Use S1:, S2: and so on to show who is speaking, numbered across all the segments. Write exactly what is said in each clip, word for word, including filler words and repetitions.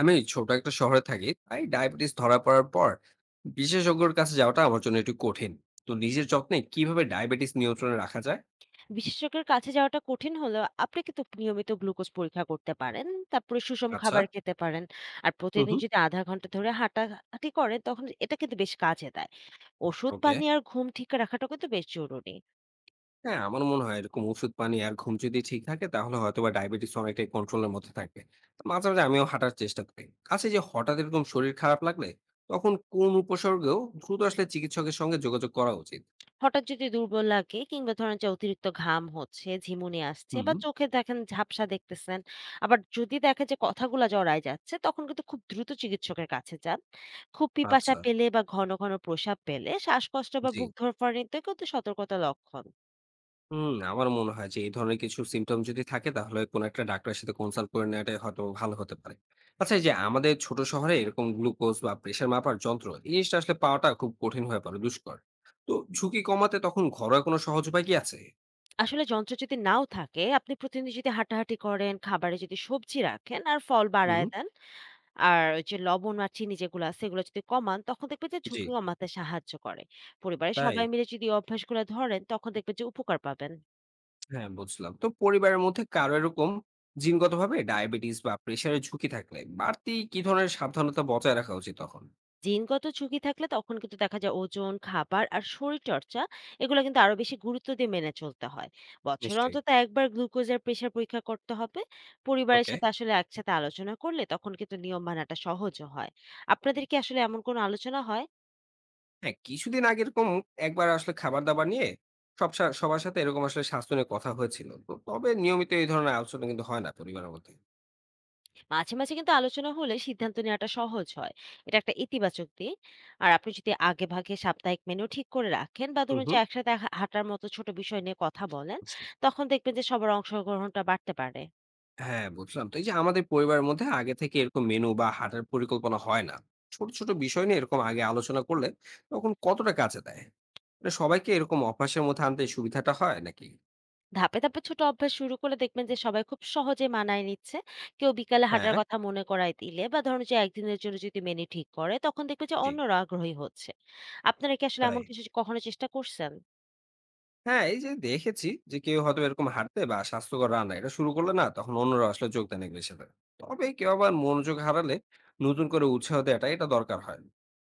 S1: আমি ছোট একটা শহরে থাকি, তাই ডায়াবেটিস ধরা পড়ার পর বিশেষজ্ঞের কাছে যাওয়াটা আমার জন্য একটু কঠিন। তো নিজের যত্নে কিভাবে ডায়াবেটিস নিয়ন্ত্রণে রাখা যায়?
S2: বিশেষজ্ঞের কাছে যাওয়াটা কঠিন হলেও আপনি কিন্তু নিয়মিত গ্লুকোজ পরীক্ষা করতে পারেন। তারপরে সুষম
S1: আচ্ছা।
S2: খাবার খেতে পারেন। আর
S1: হুম
S2: প্রতিদিন
S1: হুম।
S2: যদি শূন্য দশমিক পাঁচ ঘন্টা ধরে হাঁটাহাঁটি করেন তখন এটা কিন্তু বেশ কাজে দেয়। ওষুধ
S1: ওকে।
S2: পানি আর ঘুম ঠিক রাখাটা কিন্তু বেশ জরুরি।
S1: হ্যাঁ, আমার মনে হয় এরকম ওষুধ পানি আর ঘুম যদি ঠিক থাকে তাহলে হয়তো বা ডায়াবেটিস অনেকটাই কন্ট্রোলের মধ্যে থাকবে। তো মাঝে মাঝে আমিও হাঁটার চেষ্টা করি। আচ্ছা, এই যে হঠাৎ এরকম শরীর খারাপ লাগলে তখন কোন উপসর্গেও দ্রুত আসলে চিকিৎসকের সঙ্গে যোগাযোগ করা উচিত?
S2: হঠাৎ যদি দুর্বল লাগে কিংবা ধরেন যে অতিরিক্ত ঘাম হচ্ছে, ঝিমুনি আসছে
S1: হুম।
S2: বা চোখে দেখেন ঝাপসা দেখতেছেন। আবার যদি দেখেন যে কথাগুলা জড়ায় যাচ্ছে তখন কিন্তু খুব দ্রুত চিকিৎসকের কাছে যান। খুব পিপাসা
S1: আচ্ছা।
S2: পেলে বা ঘন, ঘন প্রস্রাব পেলে শ্বাসকষ্ট বা
S1: জি।
S2: বুক ধরফরানিতে কিন্তু সতর্কতা লক্ষণ।
S1: হুম, আমারও মনে হয় যে এই ধরনের কিছু সিম্পটম যদি থাকে তাহলে কোন একটা ডাক্তারের সাথে কনসাল্ট করে নেওয়াটাই হয়তো ভালো হতে পারে। আচ্ছা, এই যে আমাদের ছোট শহরে এরকম গ্লুকোজ বা প্রেশার মাপার যন্ত্র এই জিনিসটা আসলে পাওয়াটা খুব কঠিন হয়ে পড়ে, দুষ্কর। তো ঝুঁকি কমাতে তখন ঘরোয়া কোনো সহজ উপায় কি আছে?
S2: আসলে যন্ত্র যদি নাও থাকে, আপনি প্রতিদিন যদি হাঁটাহাঁটি করেন, খাবারে যদি সবজি রাখেন আর ফল
S1: হুম।
S2: বাড়ায় দেন, আর ওই যে লবণ আর চিনি যেগুলো আছে সেগুলো যদি কমান, তখন দেখবেন যে
S1: জি।
S2: ঝুঁকি কমাতে সাহায্য করে। পরিবারের
S1: তাই।
S2: সবাই মিলে যদি এই অভ্যাসগুলো ধরেন তখন দেখবেন যে উপকার পাবেন।
S1: হ্যাঁ বুঝলাম। তো পরিবারের মধ্যে কারো এরকম জিনগতভাবে ডায়াবেটিস বা প্রেশারের ঝুঁকি থাকলে বাড়তি কি ধরনের সাবধানতা বজায় রাখা উচিত তখন?
S2: জিনগত ঝুঁকি থাকলে তখন কিন্তু দেখা যায় ওজন, খাবার আর শরীরচর্চা, এগুলো কিন্তু আরো বেশি গুরুত্ব দিয়ে মেনে চলতে হয়। বছরে
S1: নিশ্চয়ই।
S2: অন্তত একবার গ্লুকোজ আর প্রেশার পরীক্ষা করতে হবে। পরিবারের
S1: ওকে।
S2: সাথে আসলে একসাথে আলোচনা করলে তখন কিন্তু নিয়ম মানাটা সহজও হয়। আপনাদের কি আসলে এমন কোনো আলোচনা হয়?
S1: হ্যাঁ, কিছুদিন আগে এরকম একবার আসলে খাবার-দাবার নিয়ে সব সা সবার সাথে এরকম আসলে স্বাস্থ্য নিয়ে কথা হয়েছিল। তো তবে নিয়মিত এই ধরনের আলোচনা কিন্তু হয় না পরিবারের মধ্যে।
S2: মাঝে, মাঝে কিন্তু আলোচনা হলে সিদ্ধান্ত নেওয়াটা সহজ হয়। এটা একটা ইতিবাচক দিক। আর আপনি যদি আগেভাগে সাপ্তাহিক মেনু ঠিক করে রাখেন বা
S1: হুম,
S2: ধরুন যে
S1: হুম।
S2: একসাথে হা হাঁটার মতো ছোট বিষয় নিয়ে কথা বলেন,
S1: জি।
S2: তখন দেখবেন যে সবার অংশগ্রহণটা বাড়তে পারে।
S1: হ্যাঁ, বুঝলাম। তো এই যে আমাদের পরিবারের মধ্যে আগে থেকে এরকম মেনু বা হাঁটার পরিকল্পনা হয় না। ছোট, ছোট বিষয় নিয়ে এরকম আগে আলোচনা করলে তখন কতটা কাজে দেয়? মানে সবাইকে এরকম অভ্যাসের মধ্যে আনতে সুবিধাটা হয় নাকি?
S2: ধাপে, ধাপে ছোট অভ্যাস শুরু করলে দেখবেন যে সবাই খুব সহজে মানায় নিচ্ছে। কেউ বিকালে হাঁটার
S1: হ্যাঁ,
S2: কথা মনে করায় দিলে বা ধরুন যে একদিনের জন্য যদি মেনু ঠিক করে, তখন দেখবেন যে
S1: জি।
S2: অন্যরা আগ্রহী হচ্ছে। আপনারা কি আসলে
S1: তাই।
S2: এমন কিছু কখনো চেষ্টা করছেন?
S1: হ্যাঁ, এই যে দেখেছি যে কেউ হয়তো এরকম হাঁটতে বা স্বাস্থ্যকর রান্না এটা শুরু করলে না, তখন অন্যরা আসলে যোগ দেন এগুলির সাথে। তবে কেউ আবার মনোযোগ হারালে নতুন করে উৎসাহ দেওয়াটা এটা দরকার হয়।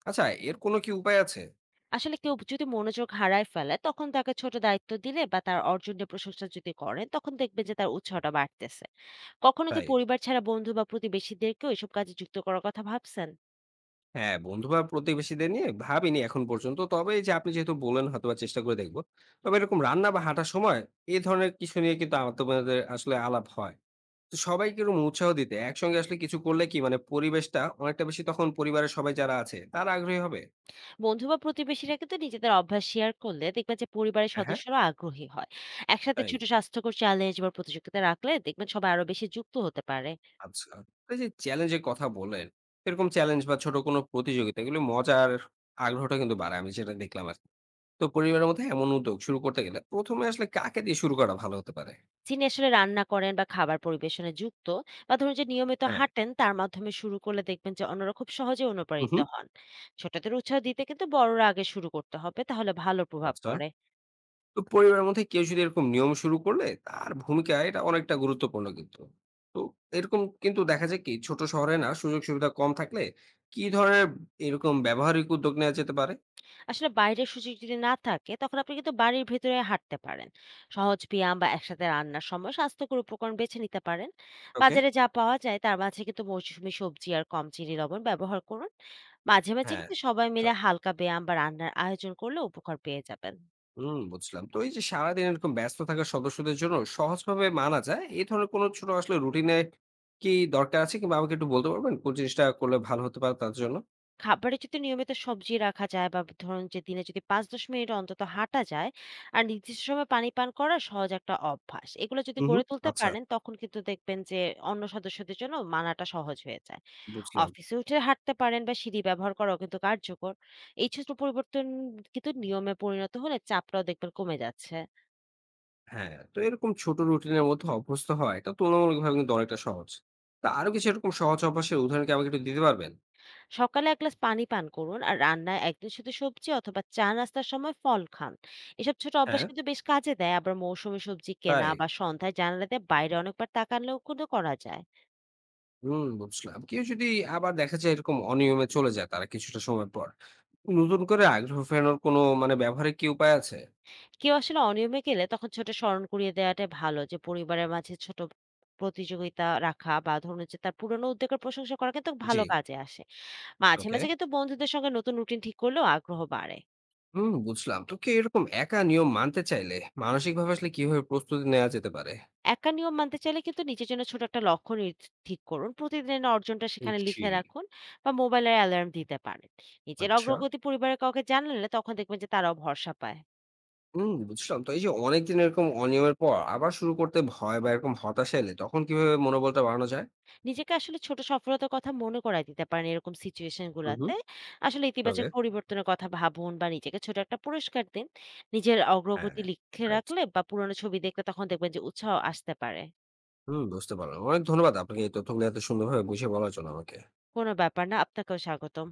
S1: আচ্ছা, এর কোনো কি উপায় আছে?
S2: আসলে কেউ যদি মনোযোগ হারায় ফেলে তখন তাকে ছোট দায়িত্ব দিলে বা তার অর্জন নিয়ে প্রশংসা যদি করেন, তখন দেখবেন যে তার উৎসাহটা বাড়তেছে। কখনো কি
S1: তাই।
S2: পরিবার ছাড়া বন্ধু বা প্রতিবেশীদেরকেও এসব কাজে যুক্ত করার কথা ভাবছেন?
S1: হ্যাঁ, বন্ধু বা প্রতিবেশীদের নিয়ে ভাবিনি এখন পর্যন্ত। তবে এই যে আপনি যেহেতু বললেন হয়তোবা চেষ্টা করে দেখব। তবে এরকম রান্না বা হাঁটার সময় এই ধরনের কিছু নিয়ে কিন্তু আমার তোমাদের আসলে আলাপ হয়। তো সবাইকে এরকম উৎসাহ দিতে একসঙ্গে আসলে কিছু করলে কি মানে পরিবেশটা অনেকটা বেশি তখন পরিবারের সবাই যারা আছে তারা আগ্রহী হবে?
S2: বন্ধু বা প্রতিবেশীরা কিন্তু নিজেদের অভ্যাস শেয়ার করলে দেখবেন যে পরিবারের
S1: হ্যাঁ, হ্যাঁ,
S2: সদস্যরা আগ্রহী হয়। একসাথে
S1: তাই।
S2: ছোট স্বাস্থ্যকর চ্যালেঞ্জ বা প্রতিযোগিতা রাখলে দেখবেন সবাই আরো বেশি যুক্ত হতে পারে।
S1: আচ্ছা। তো এই যে চ্যালেঞ্জ এর কথা বললেন, এরকম চ্যালেঞ্জ বা ছোট কোনো প্রতিযোগিতা এগুলো মজার, আগ্রহটা কিন্তু বাড়ায়। আমি যেটা দেখলাম আরকি। তো পরিবারের মধ্যে এমন উদ্যোগ শুরু করতে গেলে প্রথম এ আসলে কাকে দিয়ে শুরু করা ভালো হতে পারে?
S2: যিনি আসলে রান্না করেন বা খাবার পরিবেশনে যুক্ত, বা ধরুন যে নিয়মিত
S1: হ্যাঁ,
S2: হাঁটেন, তার মাধ্যমে শুরু করলে দেখবেন যে অন্যরা খুব সহজে
S1: হু,
S2: অনুপ্রাণিত
S1: হুম।
S2: হন। ছোটদের উৎসাহ দিতে কিন্তু বড়রা আগে শুরু করতে হবে, তাহলে ভালো প্রভাব
S1: আচ্ছা।
S2: পড়ে।
S1: তো পরিবারের মধ্যে কেউ যদি এরকম নিয়ম শুরু করলে তার ভূমিকা এটা অনেকটা গুরুত্বপূর্ণ কিন্তু। তো এরকম কিন্তু দেখা যায় কি, ছোট শহরে না সুযোগ সুবিধা কম থাকলে কি ধরনের এরকম ব্যবহারিক উদ্যোগ নেওয়া যেতে পারে?
S2: আসলে বাইরের সুযোগ যদি না থাকে তখন আপনি কিন্তু বাড়ির ভেতরে হাঁটতে পারেন, সহজ ব্যায়াম বা একসাথে রান্নার সময় স্বাস্থ্যকর উপকরণ বেছে নিতে পারেন।
S1: ওকে,
S2: বাজারে যা পাওয়া যায় তার মাঝে কিন্তু মৌসুমী সবজি আর কম চিনি লবণ ব্যবহার করুন। মাঝে মাঝে
S1: হ্যাঁ।
S2: কিন্তু সবাই
S1: আচ্ছা।
S2: মিলে হালকা ব্যায়াম বা রান্নার আয়োজন করলে উপকার পেয়ে যাবেন।
S1: হুম বুঝলাম। তো এই যে সারাদিন এরকম ব্যস্ত থাকা সদস্যদের জন্য সহজভাবে মানা যায়, এই ধরনের কোনো ছোট আসলে রুটিনে কি দরকার আছে? কিংবা আমাকে একটু বলতে পারবেন কোন জিনিসটা করলে ভালো হতে পারে তাদের জন্য?
S2: খাবারে যদি নিয়মিত সবজি রাখা যায় বা ধরুন যে দিনে যদি পাঁচ দশ মিনিট অন্তত হাঁটা যায়, আর নির্দিষ্ট সময় পানি পান করা সহজ একটা অভ্যাস, এগুলো যদি
S1: হু, হু।
S2: গড়ে তুলতে
S1: আচ্ছা,
S2: পারেন তখন কিন্তু দেখবেন যে অন্য সদস্যদের জন্য মানাটা সহজ হয়ে যায়।
S1: বুঝলাম।
S2: অফিসে উঠে হাঁটতে পারেন বা সিঁড়ি ব্যবহার করাও কিন্তু কার্যকর। এই ছোট পরিবর্তন কিন্তু নিয়মে পরিণত হলে চাপটাও দেখবেন কমে যাচ্ছে।
S1: হ্যাঁ, তো এরকম ছোট রুটিনের মধ্যে অভ্যস্ত হওয়া এটা তুলনামূলকভাবে কিন্তু অনেকটা সহজ। তা আরো কিছু এরকম সহজ অভ্যাসের উদাহরণ কি আমাকে একটু দিতে পারবেন?
S2: সকালে এক গ্লাস পানি পান করুন, আর রান্নায় একদিন শুধু সবজি অথবা চা নাস্তার সময় ফল খান। এসব ছোট
S1: হ্যাঁ।
S2: অভ্যাস কিন্তু বেশ কাজে দেয়। আবার মৌসুমী সবজি
S1: তাই?
S2: কেনা বা সন্ধ্যায় জানালা দিয়ে বাইরে অনেকবার তাকালেও কিন্তু করা যায়।
S1: হুম বুঝলাম। কেউ যদি আবার দেখা যায় এরকম অনিয়মে চলে যায় তারা কিছুটা সময় পর। নতুন করে আগ্রহ ফেরানোর কোনো মানে ব্যবহারিক কি উপায় আছে?
S2: কেউ আসলে অনিয়মে গেলে তখন ছোট স্মরণ করিয়ে দেওয়াটাই ভালো, যে পরিবারের মাঝে ছোট প্রতিযোগিতা রাখা বা ধরুন যে তার পুরনো উদ্যোগের প্রশংসা করা কিন্তু
S1: জি,
S2: ভালো কাজে আসে। মাঝে
S1: ওকে।
S2: মাঝে কিন্তু বন্ধুদের সঙ্গে নতুন রুটিন ঠিক করলেও আগ্রহ বাড়ে।
S1: হুম বুঝলাম। তো কেউ এরকম একা নিয়ম মানতে চাইলে মানসিকভাবে আসলে কিভাবে প্রস্তুতি নেওয়া যেতে পারে?
S2: একা নিয়ম মানতে চাইলে কিন্তু নিজের জন্য ছোট একটা লক্ষ্য নির- ঠিক করুন, প্রতিদিনের অর্জনটা সেখানে
S1: জি,
S2: লিখে রাখুন বা মোবাইলের অ্যালার্ম দিতে পারেন। নিজের
S1: আচ্ছা।
S2: অগ্রগতি পরিবারের কাউকে জানালে তখন দেখবেন যে তারাও ভরসা পায়।
S1: হুম, বুঝলাম। তো এই যে অনেকদিন এরকম অনিয়মের পর আবার শুরু করতে ভয় বা এরকম হতাশা এলে তখন কিভাবে মনোবলটা বাড়ানো যায়?
S2: নিজেকে আসলে ছোট সফলতার কথা মনে করায় দিতে পারেন এরকম সিচুয়েশন
S1: হুম, হুম।
S2: গুলাতে। আসলে
S1: ওকে।
S2: ইতিবাচক পরিবর্তনের কথা ভাবুন বা নিজেকে ছোট একটা পুরস্কার দিন। নিজের অগ্রগতি
S1: হ্যাঁ।
S2: লিখে
S1: রাইট।
S2: রাখলে বা পুরনো ছবি দেখলে তখন দেখবেন যে উৎসাহ আসতে পারে।
S1: হুম, বুঝতে পারলাম। অনেক ধন্যবাদ আপনাকে এই তথ্যগুলো এত সুন্দরভাবে বুঝিয়ে বলার জন্য আমাকে।
S2: কোনো ব্যাপার না, আপনাকেও স্বাগতম।